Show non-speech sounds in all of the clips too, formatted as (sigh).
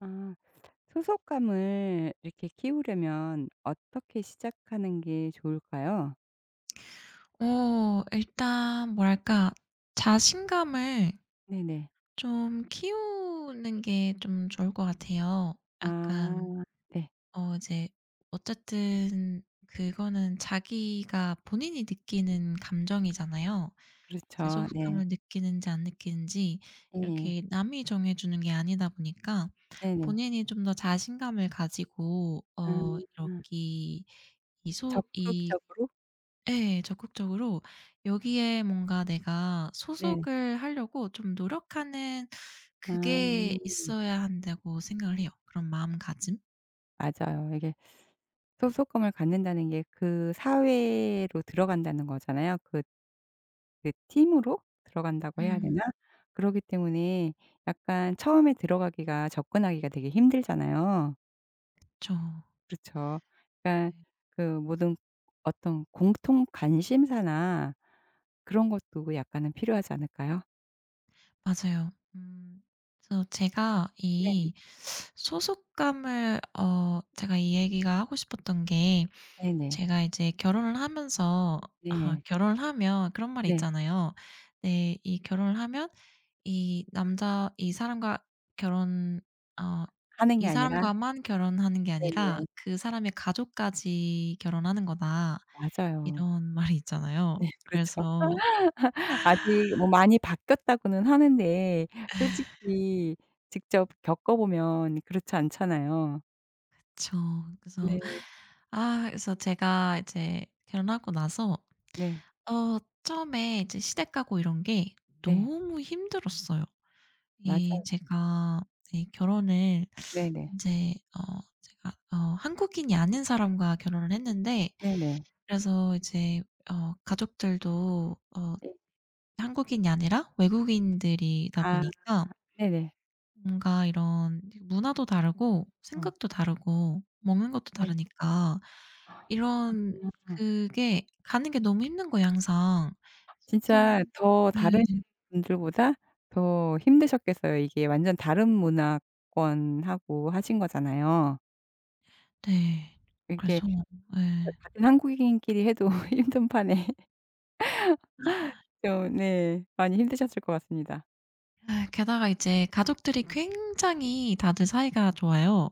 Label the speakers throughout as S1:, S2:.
S1: 아 소속감을 이렇게 키우려면 어떻게 시작하는 게 좋을까요?
S2: 일단 뭐랄까, 자신감을
S1: 네네.
S2: 좀 키우는 게 좀 좋을 것 같아요.
S1: 아
S2: 약간
S1: 네.
S2: 이제 어쨌든 그거는 자기가 본인이 느끼는 감정이잖아요. 이제
S1: 그렇죠. 네.
S2: 소속감을 느끼는지 안 느끼는지
S1: 예.
S2: 이렇게 남이 정해 주는 게 아니다 보니까,
S1: 네네.
S2: 본인이 좀 더 자신감을 가지고
S1: 아
S2: 이렇게 이소이.
S1: 적극적으로?
S2: 예, 적극적으로 여기에 뭔가 내가
S1: 네.
S2: 소속을 하려고 좀 노력하는 그게
S1: 아
S2: 있어야 한다고 생각을 해요, 그런 마음가짐.
S1: 맞아요. 이게 소속감을 갖는다는 게 그 사회로 들어간다는 거잖아요. 그 팀으로 들어간다고 해야 되나?
S2: 음.
S1: 그러기 때문에 약간 처음에 들어가기가 접근하기가 되게 힘들잖아요.
S2: 그쵸.
S1: 그렇죠.
S2: 네.
S1: 그러니까 그 모든 어떤 공통 관심사나 그런 것도 약간은 필요하지 않을까요?
S2: 맞아요. 음. 그래서 제가
S1: 네네.
S2: 이 소속감을, 제가 이 얘기가 하고 싶었던 게,
S1: 네네.
S2: 제가 이제 결혼을 하면서,
S1: 네.
S2: 결혼을 하면 그런 말이
S1: 네.
S2: 있잖아요. 네, 이 결혼을 하면 이 남자, 이 사람과 결혼, 어
S1: 하는
S2: 이
S1: 게 아니라
S2: 사람과만 결혼하는 게 아니라
S1: 네네.
S2: 그 사람의 가족까지 결혼하는 거다.
S1: 맞아요.
S2: 이런 (laughs) 말이 있잖아요.
S1: 네 (laughs) 그렇죠.
S2: 그래서,
S1: 아직 뭐 많이 바뀌었다고는 하는데 솔직히 직접 겪어보면 그렇지 않잖아요.
S2: 저 그래서
S1: 네.
S2: 그래서 제가 이제 결혼하고 나서,
S1: 네.
S2: 처음에 이제 시댁 가고 이런 게
S1: 네.
S2: 너무 힘들었어요. 이
S1: 맞아요.
S2: 제가 이 결혼을
S1: 네네.
S2: 인제, 제가 한국인이 아닌 사람과 결혼을 했는데,
S1: 네네.
S2: 그래서 이제 가족들도
S1: 예.
S2: 한국인이 아니라 외국인들이다
S1: 아
S2: 보니까,
S1: 네네.
S2: 뭔가 이런 문화도 다르고
S1: 어
S2: 생각도 다르고 먹는 것도
S1: 네.
S2: 다르니까 이런,
S1: 아.
S2: 그게 가는 게 너무 힘든 거예요, 항상. 그래서
S1: 진짜
S2: 항상.
S1: 더 다른
S2: 네.
S1: 분들보다 더 힘드셨겠어요. 이게 완전 다른 문화권하고 하신 거잖아요.
S2: 네. 그래서.
S1: 이게
S2: 예.
S1: 같은 한국인끼리 해도 (laughs) 힘든 판에 좀 네 많이 힘드셨을 것 같습니다.
S2: 게다가 이제 가족들이 굉장히 다들 사이가 좋아요.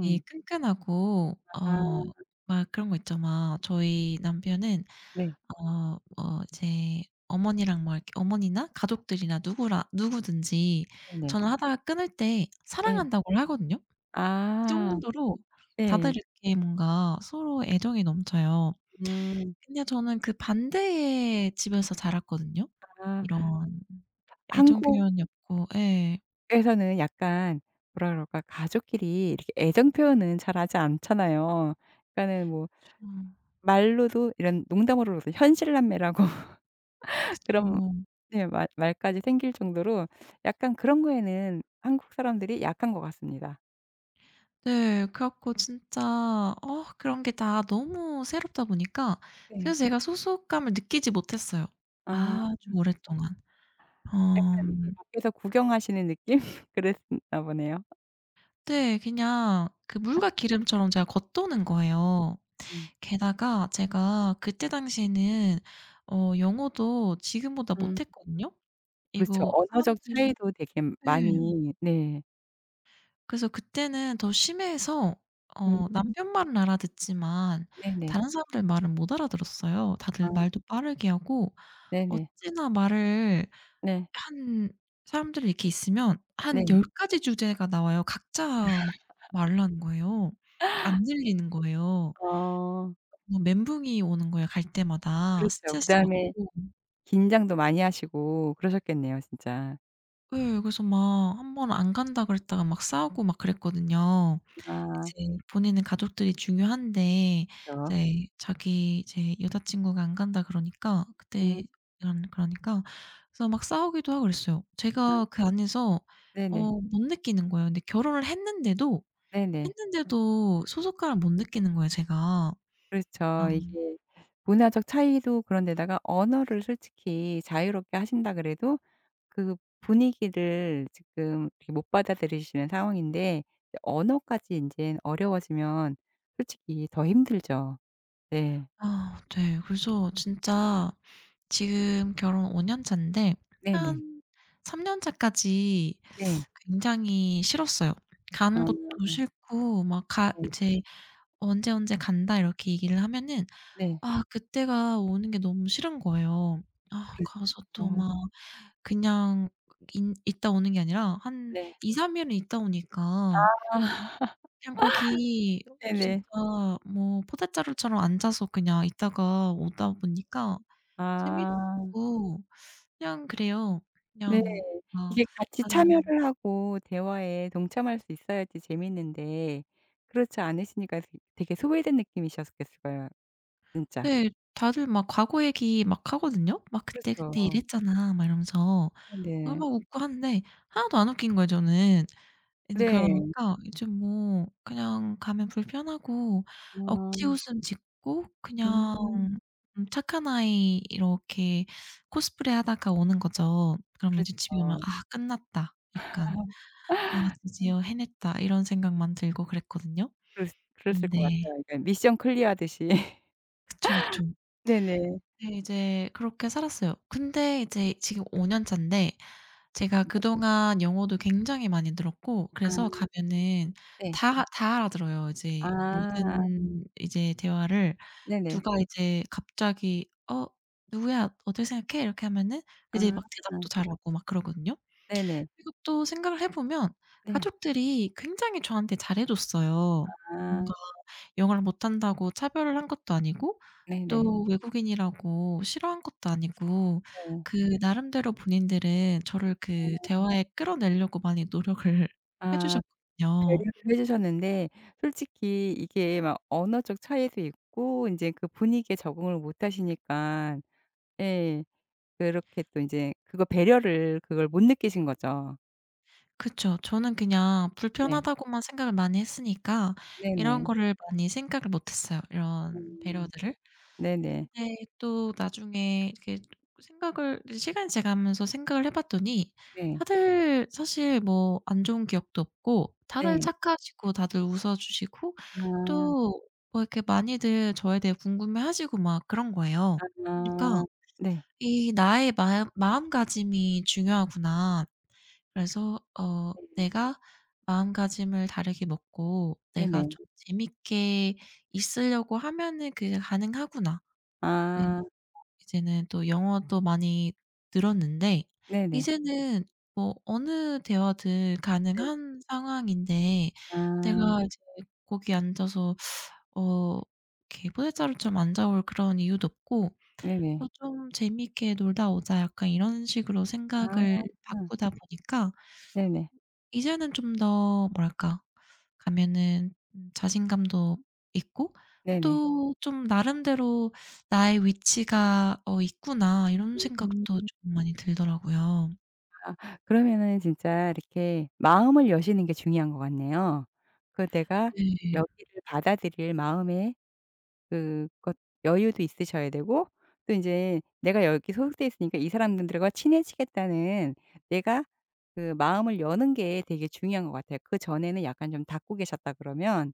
S2: 이 끈끈하고,
S1: 아
S2: 막 그런 거 있죠. 막 저희 남편은
S1: 네.
S2: 뭐 이제 어머니랑 뭐 이렇게 어머니나 가족들이나 누구라 누구든지
S1: 네네.
S2: 전화하다가 끊을 때 사랑
S1: 예.
S2: 한다고 하거든요. 그
S1: 아
S2: 정도로
S1: 네.
S2: 다들 이렇게 뭔가 서로 애정이 넘쳐요.
S1: 음.
S2: 근데 저는 그 반대의 집에서 자랐거든요.
S1: 아
S2: 이런 애정 표현이 없고. 예.
S1: 한국에서는 약간 뭐라 그럴까 가족끼리 이렇게 애정 표현은 잘 하지 않잖아요. 그러니까는 뭐 말로도 이런 농담으로도 현실남매라고
S2: 그쵸.
S1: 그럼
S2: 네.
S1: 네 말 말까지 생길 정도로 약간 그런 거에는 한국 사람들이 약한 것 같습니다.
S2: 그래 갖고 진짜, 그런 게 다 너무 새롭다 보니까,
S1: 네.
S2: 그래서 제가 소속감을 느끼지 못했어요.
S1: 아
S2: 아주 오랫동안.
S1: 약간 이렇게
S2: 음.
S1: 밖에서 구경하시는 느낌? (laughs) 그랬나 보네요.
S2: 네. 그냥 그 물과 기름처럼 제가 겉도는 거예요.
S1: 음.
S2: 게다가 제가 그때 당시에는 영어도 지금보다
S1: 음.
S2: 못했거든요.
S1: 그렇죠.
S2: 이거
S1: 언어적
S2: 사람들이.
S1: 차이도 되게
S2: 네.
S1: 많이 네.
S2: 그래서 그때는 더 심해서,
S1: 음.
S2: 남편 말은 알아듣지만
S1: 네네.
S2: 다른 사람들 말은 못 알아들었어요. 다들
S1: 아
S2: 말도 빠르게 하고,
S1: 네네.
S2: 어찌나 말을
S1: 네.
S2: 한, 사람들이 이렇게 있으면 한
S1: 네.
S2: 열 가지 주제가 나와요. 각자 막 말을 하는 거예요. 안 들리는 거예요.
S1: 어
S2: 뭐 멘붕이 오는 거예요, 갈 때마다
S1: 그렇죠.
S2: 스트레스
S1: 그다음에
S2: 받고.
S1: 긴장도 많이 하시고 그러셨겠네요 진짜.
S2: 예. 그래서 막 한번 안 간다 그랬다가 막 싸우고 막 그랬거든요.
S1: 아
S2: 이제 보내는 가족들이 중요한데,
S1: 그쵸.
S2: 이제 자기 이제 여자친구가 안 간다 그러니까 그때,
S1: 음.
S2: 그런 그러니까, 그래서 막 싸우기도 하고 그랬어요.
S1: 아
S2: 제가 그 안에서
S1: 네네.
S2: 못 느끼는 거예요. 근데 결혼을 했는데도
S1: 네네.
S2: 했는데도 소속감을 못 느끼는 거예요, 제가.
S1: 그렇죠.
S2: 아
S1: 이게 문화적 차이도 그런 데다가 언어를 솔직히 자유롭게 하신다 그래도 그 분위기를 지금 이렇게 못 받아들이시는 상황인데 이제 언어까지 인제 어려워지면 솔직히 더 힘들죠. 네.
S2: 네. 그래서 진짜 지금 결혼 5년 차인데
S1: 네네.
S2: 한 3년 차까지
S1: 네.
S2: 굉장히 싫었어요. 간 곳도
S1: 아
S2: 싫고 막 가
S1: 네.
S2: 이제, "언제 언제 간다." 이렇게 얘기를 하면은,
S1: 네.
S2: 그때가 오는 게 너무 싫은 거예요.
S1: 그렇죠.
S2: 가서 또 막 그냥 인 있다 오는 게 아니라 한
S1: 네.
S2: 2-3 일은 있다 오니까,
S1: 아
S2: 그냥 거기 진짜
S1: 네네.
S2: 뭐 포대자루처럼 앉아서 그냥 있다가 오다 보니까 재미도
S1: 아.
S2: 없고, 그냥 그래요.
S1: 네.
S2: 그냥 막
S1: 이게 같이
S2: 다들.
S1: 참여를 하고 대화에 동참할 수 있어야지 재밌는데 그렇지 않으시니까 되 되게 소외된 느낌이셨겠을 거예요 진짜.
S2: 네. 다들 막 과거 얘기 막 하거든요. "막 그때그때
S1: 그렇죠.
S2: 이랬잖아." 막 이러면서.
S1: 네네.
S2: 너무 웃고 한데 하나도 안 웃긴 거예요, 저는. 이제 그러다
S1: 네.
S2: 보니까 이제 뭐 그냥 가면 불편하고
S1: 아.
S2: 억지 웃음 짓고, 그냥
S1: 음.
S2: 착한 아이 이렇게 코스프레 하다가 오는 거죠. 그러면 이제 집에 오면
S1: 그렇죠.
S2: '아 끝났다.' 약간
S1: (laughs)
S2: '아 드디어 해냈다.' 이런 생각만 들고 그랬거든요.
S1: 그랬을 것
S2: 근데,
S1: 같아요. 그러니까 미션 클리어하듯이. (laughs)
S2: 그쵸, 그쵸.
S1: 네네.
S2: 네, 이제 그렇게 살았어요. 근데 이제 지금 5년 차인데 제가
S1: 네.
S2: 그동안 영어도 굉장히 많이 들었고, 그래서
S1: 아
S2: 가면은
S1: 네.
S2: 다 알아들어요. 이제
S1: 아.
S2: 모든 이제 대화를,
S1: 네네.
S2: 누가 이제 갑자기 "어 누구야. 어떻게 생각해?" 이렇게 하면은 이제
S1: 아.
S2: 막 대답도 잘하고 막 그러거든요.
S1: 네네.
S2: 그리고 또 생각을 해 보면
S1: 네.
S2: 가족들이 굉장히 저한테 잘해 줬어요.
S1: 아.
S2: 뭔가 영어를 못한다고 차별을 한 것도 아니고,
S1: 네네.
S2: 또 외국인이라고 싫어한 것도 아니고,
S1: 네.
S2: 그 나름대로 본인들은 저를 그 대화에 끌어내려고 많이 노력을 (laughs) 해
S1: 아.
S2: 주셨거든요.
S1: 배려를 해 주셨는데 솔직히 이게 막 언어적 차이도 있고 인제 그 분위기에 적응을 못 하시니까 예. 그렇게 또 인제 그거 배려를 그걸 못 느끼신 거죠.
S2: 그쵸. 저는 그냥
S1: 네.
S2: 불편하다고만 생각을 많이 했으니까 이런
S1: 네네.
S2: 거를 많이 생각을 못 했어요, 이런
S1: 음.
S2: 배려들을.
S1: 네네.
S2: 근데 또 나중에 이렇게, 생각을 시간이 지나가면서 생각을 해 봤더니,
S1: 네.
S2: 다들 사실 뭐 안 좋은 기억도 없고 다들
S1: 네.
S2: 착하시고 다들 웃어 주시고,
S1: 아.
S2: 또 뭐 이렇게 많이들 저에 대해 궁금해하시고 막 그런 거예요. 그러니까
S1: 아. 네.
S2: 이 나의 마음가짐이 중요하구나. 그래서
S1: 네.
S2: 내가 마음가짐을 다르게 먹고, 내가
S1: 네네.
S2: 좀 재밌게 있으려고 하면은 그게 가능하구나. 예.
S1: 아.
S2: 이제는 또 영어도 많이 늘었는데,
S1: 네네.
S2: 이제는 뭐 어느 대화든
S1: 네.
S2: 가능한 상황인데,
S1: 아.
S2: 내가 이제 거기 앉아서 어 이렇게 포대자루처럼 앉아올 그런 이유도 없고,
S1: 네네.
S2: '좀 재미있게 놀다 오자.' 약간 이런 식으로 생각을
S1: 아.
S2: 바꾸다 보니까,
S1: 네네.
S2: 이제는 좀 더 뭐랄까, 가면은 자신감도 있고,
S1: 네네.
S2: 또 좀 나름대로 '나의 위치가 있구나.' 이런
S1: 음.
S2: 생각도 좀 많이 들더라고요.
S1: 그러면은 진짜 이렇게 마음을 여시는 게 중요한 것 같네요. 그 내가
S2: 네.
S1: 여기를 받아들일 마음의 그것 여유도 있으셔야 되고 또 인제 내가 여기 소속돼 있으니까 이 사람들과 친해지겠다는 내가 그 마음을 여는 게 되게 중요한 것 같아요. 그전에는 약간 좀 닫고 계셨다 그러면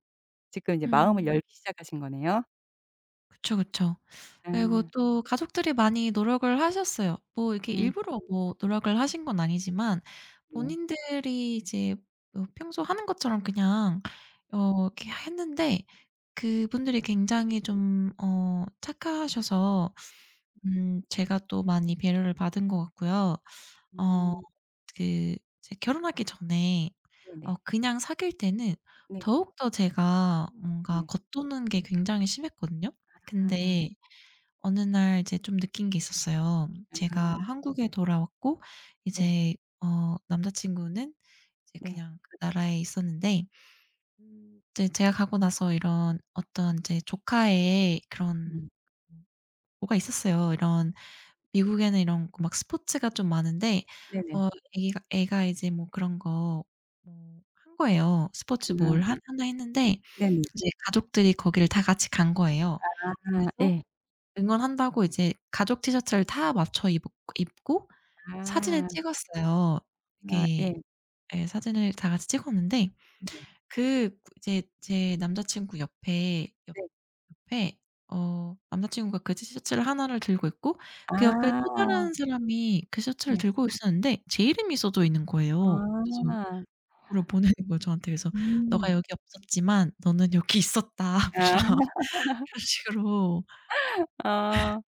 S1: 지금 이제 마음을
S2: 음.
S1: 열기 시작하신 거네요.
S2: 그쵸, 그쵸.
S1: 아
S2: 그리고 또 가족들이 많이 노력을 하셨어요. 뭐 이렇게
S1: 음
S2: 일부러 뭐 노력을 하신 건 아니지만,
S1: 네.
S2: 본인들이 이제 평소 하는 것처럼, 그냥 이렇게 했는데, 그분들이 굉장히 좀 착하셔서, 제가 또 많이 배려를 받은 것 같고요. 어
S1: 음
S2: 그 이제 결혼하기 전에,
S1: 네네.
S2: 그냥 사귈 때는
S1: 네.
S2: 더욱더 제가 뭔가
S1: 네.
S2: 겉도는 게 굉장히 심했거든요. 근데
S1: 아
S2: 어느 날 이제 좀 느낀 게 있었어요. 제가
S1: 아
S2: 한국에 돌아왔고,
S1: 네.
S2: 이제 남자친구는 이제
S1: 네.
S2: 그냥 그 나라에 있었는데, 이제 제가 가고 나서 이런 어떤 이제 조카의 그런
S1: 음
S2: 뭐가 있었어요. 이런, 미국에는 이런 거 막 스포츠가 좀 많은데,
S1: 네네.
S2: 어 애기가 애가 이제 뭐 그런 거 뭐 한 거예요. 스포츠 뭘
S1: 아
S2: 한 하나 했는데,
S1: 네네.
S2: 이제 가족들이 거기를 다 같이 간 거예요.
S1: 아
S2: 그래서
S1: 예.
S2: 응원한다고 이제 가족 티셔츠를 다 맞춰 입 입고 사진을
S1: 아.
S2: 찍었어요.
S1: 아
S2: 이게,
S1: 예.
S2: 예, 사진을 다 같이 찍었는데,
S1: 네.
S2: 그 이제 제 남자 친구 옆에,
S1: 네.
S2: 옆에 남자친구가 그 티셔츠를 하나를 들고 있고, 그 옆에 또
S1: 아.
S2: 다른 사람이 그 셔츠를
S1: 네.
S2: 들고 있었는데 제 이름이 써져 있는 거예요. 그래서
S1: 아.
S2: 그걸 보내는 거예요, 저한테. 그래서, "너가
S1: 음.
S2: 여기 없었지만 너는 여기 있었다." (laughs) 뭐
S1: 아.
S2: 이런 식으로
S1: 아.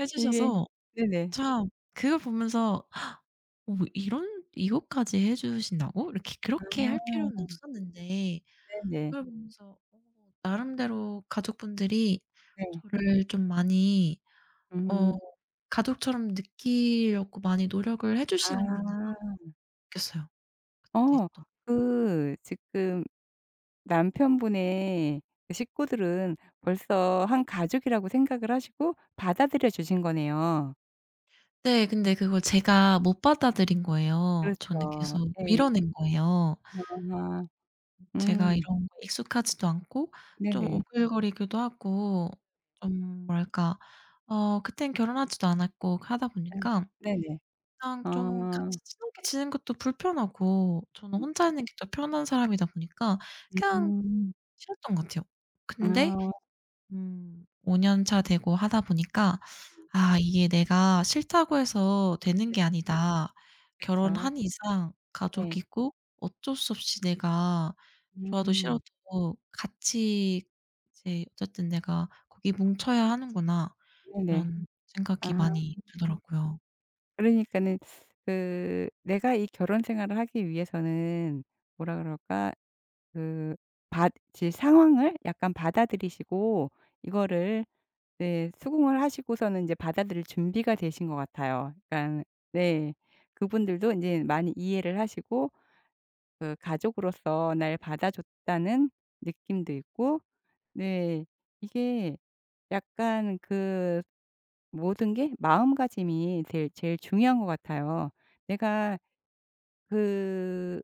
S2: 해
S1: 이게
S2: 주셔서,
S1: 네네.
S2: 참, 그걸 보면서, 뭐 이런 이것까지 해 주신다고? 이렇게
S1: 아.
S2: 그렇게 할 필요는 없었는데.'
S1: 네네.
S2: 그걸 보면서, 나름대로 가족분들이
S1: 네.
S2: 저를 좀 많이 어
S1: 음.
S2: 가족처럼 느끼려고 많이 노력을 해 주시는구나
S1: 아.
S2: 느꼈어요. 네,
S1: 어
S2: 또.
S1: 그 지금 남편분의 그 식구들은 벌써 한 가족이라고 생각을 하시고 받아들여 주신 거네요.
S2: 네, 근데 그걸 제가 못 받아들인 거예요. 저는
S1: 그렇죠.
S2: 계속
S1: 예.
S2: 밀어낸 거예요.
S1: 아하.
S2: 제가
S1: 음.
S2: 이런 거에 익숙하지도 않고, 좀
S1: 네네.
S2: 오글거리기도 하고, 좀 뭐랄까, 그땐 결혼하지도 않았고 하다
S1: 예.
S2: 보니까,
S1: 네네.
S2: 그냥
S1: 아.
S2: 좀 같이 친하게 지내는 것도 불편하고, 저는 혼자 있는 게 더 편한 사람이다 보니까, 그냥
S1: 음.
S2: 싫었던 것 같아요. 근데,
S1: 아
S2: 5년 차 되고 하다 보니까, '아 이게 내가 싫다고 해서 되는 게 아니다.
S1: 그쵸.
S2: 결혼한 이상
S1: 네.
S2: 가족이고, 어쩔 수 없이 내가 좋아도
S1: 음.
S2: 싫어도 같이 이제 어쨌든 내가 거기 뭉쳐야 하는구나.'
S1: 네네.
S2: 이런 생각이
S1: 아
S2: 많이 들더라고요.
S1: 그러니까는 그 내가 이 결혼 생활을 하기 위해서는 뭐라 그럴까? 그 받 지 상황을 약간 받아들이시고 이거를 네 수긍을 하시고서는 인제 받아들일 준비가 되신 것 같아요. 그러니깐 네. 그분들도 인제 많이 이해를 하시고 그 가족으로서 날 받아줬다는 느낌도 있고 네. 이게 약간 그 모든 게 마음가짐이 제일 제일 중요한 것 같아요. 내가 그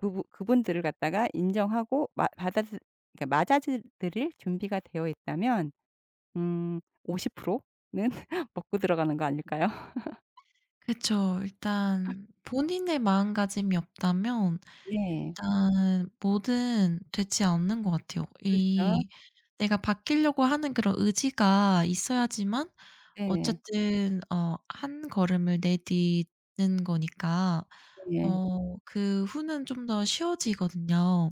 S1: 그 그분들을 갖다가 인정하고 마 받아 그러니까 맞아들일 준비가 되어 있다면 50%는 (laughs) 먹고 들어가는 거 아닐까요? (laughs)
S2: 그쵸. 일단 본인의 마음가짐이 없다면
S1: 네.
S2: 일단 뭐든 되지 않는 것 같아요.
S1: 그렇죠.
S2: 이 내가 바뀌려고 하는 그런 의지가 있어야지만,
S1: 네.
S2: 어쨌든 한 걸음을 내딛는 거니까,
S1: 네.
S2: 그 후는 좀 더 쉬워지거든요.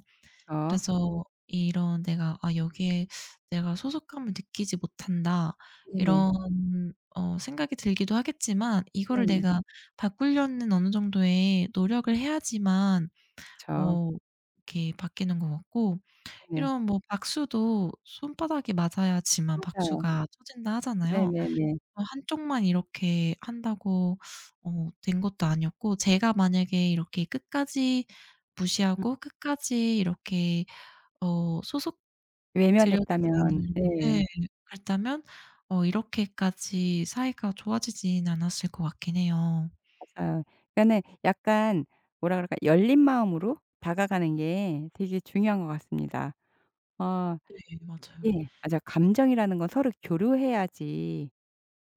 S1: 저
S2: 그래서 이런, 내가 '아 여기에 내가 소속감을 느끼지 못한다.'
S1: 네네.
S2: 이런 생각이 들기도 하겠지만, 이거를
S1: 네네.
S2: 내가 바꾸려는 어느 정도의 노력을 해야지만,
S1: 저
S2: 어 이렇게 바뀌는 것 같고,
S1: 네네.
S2: 이런 뭐 박수도 손바닥이 맞아야지만
S1: 맞아요.
S2: 박수가 쳐진다 하잖아요.
S1: 네네네.
S2: 한쪽만 이렇게 한다고 된 것도 아니었고, 제가 만약에 이렇게 끝까지 무시하고
S1: 어
S2: 끝까지 이렇게, 어 소속 들여지지
S1: 외면했다면 네
S2: 않은. 예. 그랬다면, 이렇게까지 사이가 좋아지진 않았을 것 같긴 해요.
S1: 맞아요. 그러니까는 약간 뭐라 그럴까 열린 마음으로 다가가는 게 되게 중요한 것 같습니다. 어
S2: 네, 맞아요.
S1: 예 맞아요. 감정이라는 건 서로 교류해야지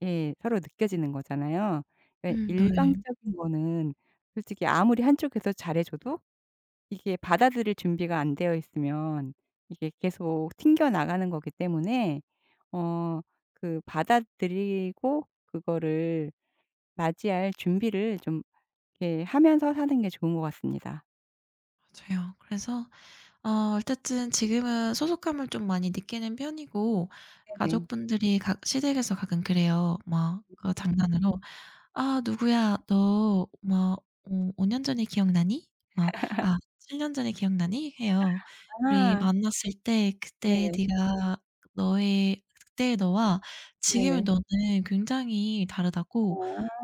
S1: 예 서로 느껴지는 거잖아요. 예
S2: 음. 네.
S1: 일방적인 거는 솔직히 아무리 한쪽에서 잘해 줘도 이게 받아들일 준비가 안 되어 있으면 이게 계속 튕겨 나가는 거기 때문에 어 그 받아들이고 그거를 맞이할 준비를 좀 이렇게 하면서 사는 게 좋은 것 같습니다.
S2: 맞아요. 그래서, 어쨌든 지금은 소속감을 좀 많이 느끼는 편이고,
S1: 네네.
S2: 가족분들이 각 시댁에서 가끔 그래요. 막 그 장난으로, "아 누구야 너 막 5 년전에 기억나니?" 막, "아 7년전에 기억나니?" 해요. "우리
S1: 아.
S2: 만났을 때 그때
S1: 네네.
S2: 네가 너의 그때의 너와 지금의
S1: 네네.
S2: 너는 굉장히
S1: 아.
S2: 다르다고,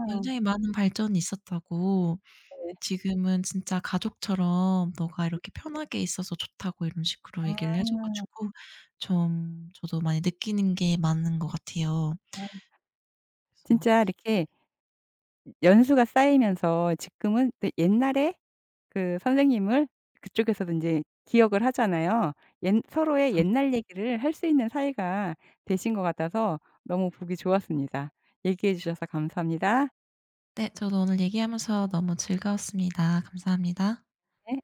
S2: 굉장히 많은 발전이 있었다고,
S1: 네.
S2: 지금은 진짜 가족처럼 "너가 이렇게 편하게 있어서 좋다."고 이런 식으로 얘기를
S1: 아.
S2: 해줘 가지고, 좀 저도 많이 느끼는 게 많은 것 같아요.
S1: 아.
S2: 그래서,
S1: 진짜 이렇게 연수가 쌓이면서 지금은 또 옛날에 그 선생님을 그쪽에서도 인제 기억을 하잖아요. 옛 서로의
S2: 참.
S1: 옛날 얘기를 할 수 있는 사이가 되신 것 같아서 너무 보기 좋았습니다. 얘기해 주셔서 감사합니다.
S2: 네, 저도 오늘 얘기하면서 너무 즐거웠습니다. 감사합니다.
S1: 네.